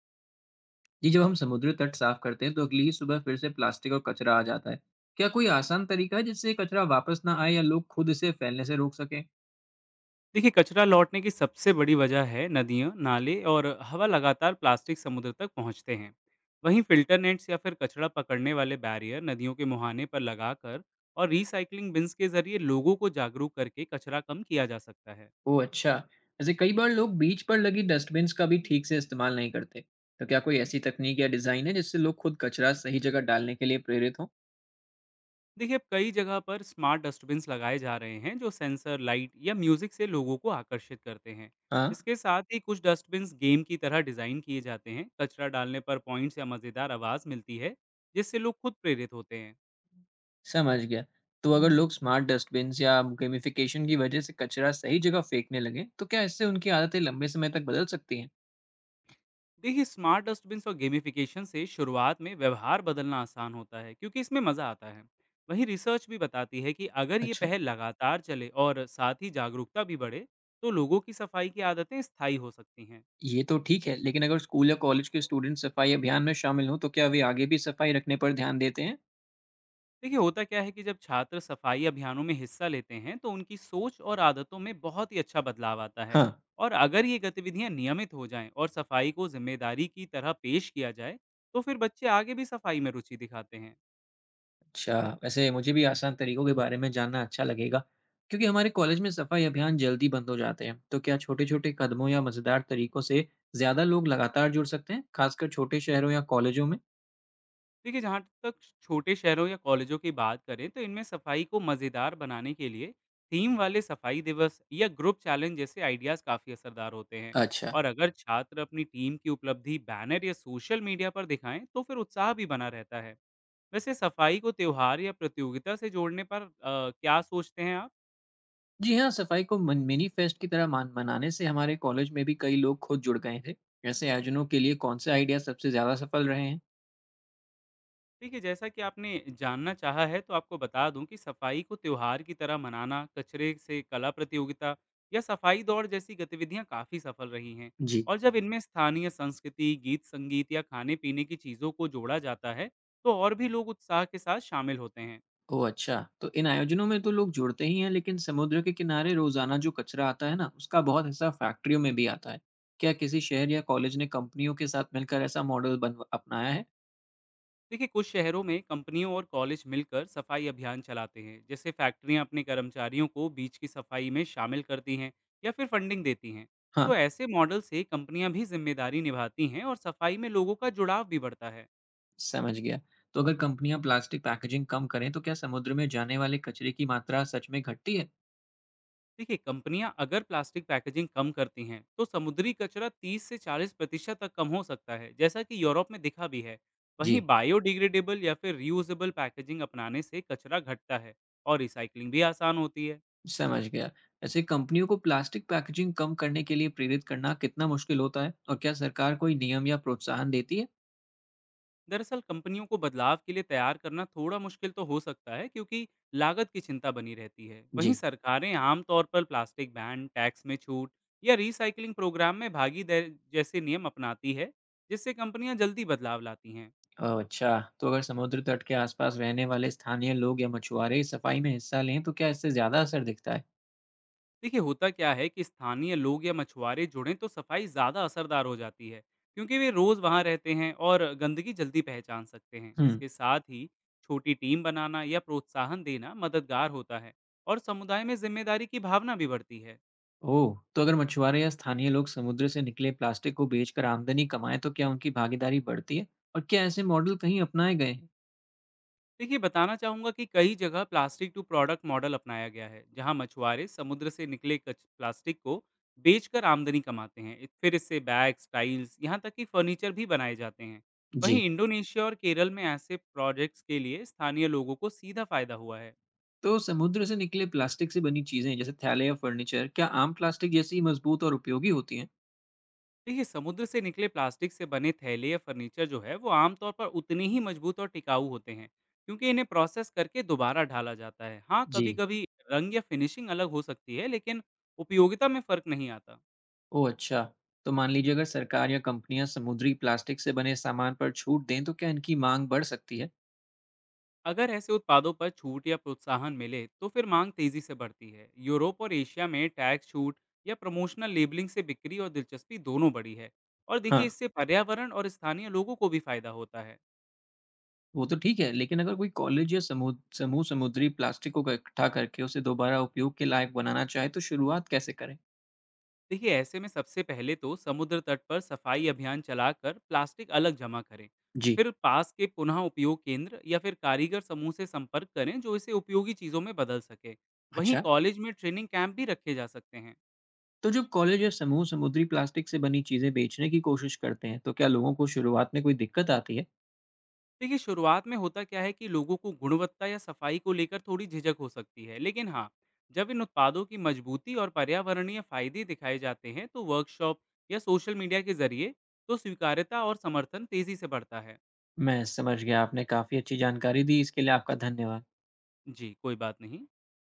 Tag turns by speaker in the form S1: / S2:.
S1: जी, जब हम समुद्री तट साफ करते हैं तो अगली ही सुबह फिर से प्लास्टिक और कचरा आ जाता है। क्या कोई आसान तरीका है जिससे कचरा वापस ना आए या लोग खुद इसे फैलने से रोक सकें?
S2: देखिए, कचरा लौटने की सबसे बड़ी वजह है नदियाँ, नाले और हवा। लगातार प्लास्टिक समुद्र तक पहुँचते हैं। वहीं फिल्टर नेट्स या फिर कचरा पकड़ने वाले बैरियर नदियों के मुहाने पर लगाकर और रिसाइकलिंग बिन्स के जरिए लोगों को जागरूक करके कचरा कम किया जा सकता है।
S1: ओह अच्छा। ऐसे कई बार लोग बीच पर लगी डस्टबिन्स का भी ठीक से इस्तेमाल नहीं करते। तो क्या कोई ऐसी तकनीक या डिज़ाइन है जिससे लोग खुद कचरा सही जगह डालने के लिए प्रेरित हों?
S2: देखिए, अब कई जगह पर स्मार्ट डस्टबिन्स लगाए जा रहे हैं जो सेंसर लाइट या म्यूजिक से लोगों को आकर्षित करते हैं।
S1: हाँ।
S2: इसके साथ ही कुछ डस्टबिन्स गेम की तरह डिज़ाइन किए जाते हैं। कचरा डालने पर पॉइंट्स या मज़ेदार आवाज़ मिलती है जिससे लोग खुद प्रेरित होते हैं।
S1: समझ गया। तो अगर लोग स्मार्ट डस्टबिन्स या गेमिफिकेशन की वजह से कचरा सही जगह फेंकने लगे तो क्या इससे उनकी आदतें लंबे समय तक बदल सकती हैं?
S2: देखिए, स्मार्ट डस्टबिन्स और गेमिफिकेशन से शुरुआत में व्यवहार बदलना आसान होता है क्योंकि इसमें मज़ा आता है। वहीं रिसर्च भी बताती है कि अगर ये
S1: अच्छा।
S2: पहल लगातार चले और साथ ही जागरूकता भी बढ़े, तो लोगों की सफाई की आदतें स्थायी हो सकती हैं।
S1: ये तो ठीक है, लेकिन अगर स्कूल या कॉलेज के स्टूडेंट सफाई अभियान में शामिल हों, तो क्या वे आगे भी सफाई रखने पर ध्यान देते हैं?
S2: देखिए, होता क्या है कि जब छात्र सफाई अभियानों में हिस्सा लेते हैं तो उनकी सोच और आदतों में बहुत ही अच्छा बदलाव आता है।
S1: हाँ।
S2: और अगर ये गतिविधियां नियमित हो जाएं और सफाई को जिम्मेदारी की तरह पेश किया जाए तो फिर बच्चे आगे भी सफाई में रुचि दिखाते हैं।
S1: अच्छा, वैसे मुझे भी आसान तरीकों के बारे में जानना अच्छा लगेगा। क्योंकि हमारे कॉलेज में सफाई अभियान जल्दी बंद हो जाते हैं, तो क्या छोटे-छोटे कदमों या मजेदार तरीकों से ज्यादा लोग लगातार जुड़ सकते हैं, खासकर छोटे शहरों या कॉलेजों में?
S2: देखिए, जहाँ तक छोटे शहरों या कॉलेजों की बात करें, तो इनमें सफाई को मज़ेदार बनाने के लिए थीम वाले सफाई दिवस या ग्रुप चैलेंज जैसे आइडियाज़ काफ़ी असरदार होते हैं।
S1: अच्छा।
S2: और अगर छात्र अपनी टीम की उपलब्धि बैनर या सोशल मीडिया पर दिखाएं तो फिर उत्साह भी बना रहता है। वैसे, सफाई को त्योहार या प्रतियोगिता से जोड़ने पर क्या सोचते हैं आप?
S1: जी हाँ, सफाई को मिनी फेस्ट की तरह मान मनाने से हमारे कॉलेज में भी कई लोग खुद जुड़ गए थे। ऐसे आयोजनों के लिए कौन से आइडिया सबसे ज्यादा सफल रहे हैं?
S2: देखिए, जैसा कि आपने जानना चाहा है, तो आपको बता दूँ कि सफाई को त्योहार की तरह मनाना, कचरे से कला प्रतियोगिता या सफाई दौड़ जैसी गतिविधियाँ काफ़ी सफल रही हैं।
S1: जी।
S2: और जब इनमें स्थानीय संस्कृति, गीत-संगीत या खाने-पीने की चीज़ों को जोड़ा जाता है, तो और भी लोग उत्साह के साथ शामिल होते हैं।
S1: ओह अच्छा, तो इन आयोजनों में तो लोग जुड़ते ही हैं, लेकिन समुद्र के किनारे रोजाना जो कचरा आता है ना, उसका बहुत हिस्सा फैक्ट्रियों में भी आता है। क्या किसी शहर या कॉलेज ने कंपनियों के साथ मिलकर ऐसा मॉडल बन अपनाया है?
S2: देखिए, कुछ शहरों में कंपनियों और कॉलेज मिलकर सफाई अभियान चलाते हैं। जैसे फैक्ट्रियां अपने कर्मचारियों को बीच की सफाई में शामिल करती हैं या फिर फंडिंग देती हैं।
S1: हाँ।
S2: तो ऐसे मॉडल से कंपनियां भी जिम्मेदारी निभाती हैं और सफाई में लोगों का जुड़ाव भी बढ़ता है।
S1: समझ गया। तो अगर कंपनियां प्लास्टिक पैकेजिंग कम करें, तो क्या समुद्र में जाने वाले कचरे की मात्रा सच में घटती है?
S2: देखिए, कंपनियां अगर प्लास्टिक पैकेजिंग कम करती हैं तो समुद्री कचरा 30 से 40% तक कम हो सकता है, जैसा कि यूरोप में दिखा भी है।
S1: जी।
S2: वहीं बायोडिग्रेडेबल या फिर रियूजेबल पैकेजिंग अपनाने से कचरा घटता है और रिसाइकलिंग भी आसान होती है।
S1: समझ गया। ऐसे कंपनियों को प्लास्टिक पैकेजिंग कम करने के लिए प्रेरित करना कितना मुश्किल होता है, और क्या सरकार कोई नियम या प्रोत्साहन देती है?
S2: दरअसल कंपनियों को बदलाव के लिए तैयार करना थोड़ा मुश्किल तो हो सकता है क्योंकि लागत की चिंता बनी रहती है। वहीं
S1: जी।
S2: सरकारें आमतौर पर प्लास्टिक बैन, टैक्स में छूट या रिसाइकिलिंग प्रोग्राम में भागीदारी जैसे नियम अपनाती है, जिससे कंपनियां जल्दी बदलाव लाती हैं।
S1: ओह, अच्छा। तो अगर समुद्र तट के आसपास रहने वाले स्थानीय लोग या मछुआरे इस सफाई में हिस्सा लें, तो क्या इससे ज़्यादा असर दिखता है?
S2: देखिए, होता क्या है कि स्थानीय लोग या मछुआरे जुड़ें तो सफाई ज़्यादा असरदार हो जाती है क्योंकि वे रोज़ वहाँ रहते हैं और गंदगी जल्दी पहचान सकते हैं।
S1: हुँ।
S2: इसके साथ ही छोटी टीम बनाना या प्रोत्साहन देना मददगार होता है और समुदाय में जिम्मेदारी की भावना भी बढ़ती है।
S1: ओह! तो अगर मछुआरे या स्थानीय लोग समुद्र से निकले प्लास्टिक को बेचकर आमदनी कमाएँ, तो क्या उनकी भागीदारी बढ़ती है? और क्या ऐसे मॉडल कहीं अपनाए गए हैं?
S2: देखिए, बताना चाहूँगा कि कई जगह प्लास्टिक टू प्रोडक्ट मॉडल अपनाया गया है, जहाँ मछुआरे समुद्र से निकले कच प्लास्टिक को बेचकर आमदनी कमाते हैं। फिर इससे बैग्स, टाइल्स, यहाँ तक कि फर्नीचर भी बनाए जाते हैं। वहीं
S1: जी।
S2: इंडोनेशिया और केरल में ऐसे प्रोजेक्ट्स के लिए स्थानीय लोगों को सीधा फायदा हुआ है।
S1: तो समुद्र से निकले प्लास्टिक से बनी चीज़ें, जैसे थैले या फर्नीचर, क्या आम प्लास्टिक जैसी ही मज़बूत और उपयोगी होती हैं?
S2: देखिए, समुद्र से निकले प्लास्टिक से बने थैले या फर्नीचर जो है वो आमतौर पर उतने ही मजबूत और टिकाऊ होते हैं क्योंकि इन्हें प्रोसेस करके दोबारा ढाला जाता है। हाँ,
S1: जी।
S2: कभी कभी रंग या फिनिशिंग अलग हो सकती है, लेकिन उपयोगिता में फर्क नहीं आता।
S1: ओह, अच्छा। तो मान लीजिए अगर सरकार या कंपनियाँ समुद्री प्लास्टिक से बने सामान पर छूट दें, तो क्या इनकी माँग बढ़ सकती है?
S2: अगर ऐसे उत्पादों पर छूट या प्रोत्साहन मिले तो फिर मांग तेजी से बढ़ती है। यूरोप और एशिया में टैक्स छूट या प्रमोशनल लेबलिंग से बिक्री और दिलचस्पी दोनों बढ़ी है। और
S1: हाँ।
S2: देखिए, इससे पर्यावरण और स्थानीय लोगों को भी फायदा होता है।
S1: वो तो ठीक है, लेकिन अगर कोई कॉलेज या समूह समूह समुद्री प्लास्टिक को इकट्ठा करके उसे दोबारा उपयोग के लायक बनाना चाहे तो शुरुआत कैसे करें?
S2: देखिए, ऐसे में सबसे पहले तो समुद्र तट पर सफाई अभियान चलाकर प्लास्टिक अलग जमा करें।
S1: जी।
S2: फिर पास के पुनः उपयोग केंद्र या फिर कारीगर समूह से संपर्क करें जो इसे उपयोगी चीज़ों में बदल सके। वहीं
S1: अच्छा।
S2: कॉलेज में ट्रेनिंग कैंप भी रखे जा सकते हैं।
S1: तो जब कॉलेज या समूह समुद्री प्लास्टिक से बनी चीजें बेचने की कोशिश करते हैं, तो क्या लोगों को शुरुआत में कोई दिक्कत आती है?
S2: देखिए, शुरुआत में होता क्या है कि लोगों को गुणवत्ता या सफाई को लेकर थोड़ी झिझक हो सकती है, लेकिन हाँ, जब इन उत्पादों की मजबूती और पर्यावरणीय फायदे दिखाए जाते हैं, तो वर्कशॉप या सोशल मीडिया के जरिए तो स्वीकार्यता और समर्थन तेजी से बढ़ता है।
S1: मैं समझ गया, आपने काफी अच्छी जानकारी दी, इसके लिए आपका धन्यवाद।
S2: जी, कोई बात नहीं।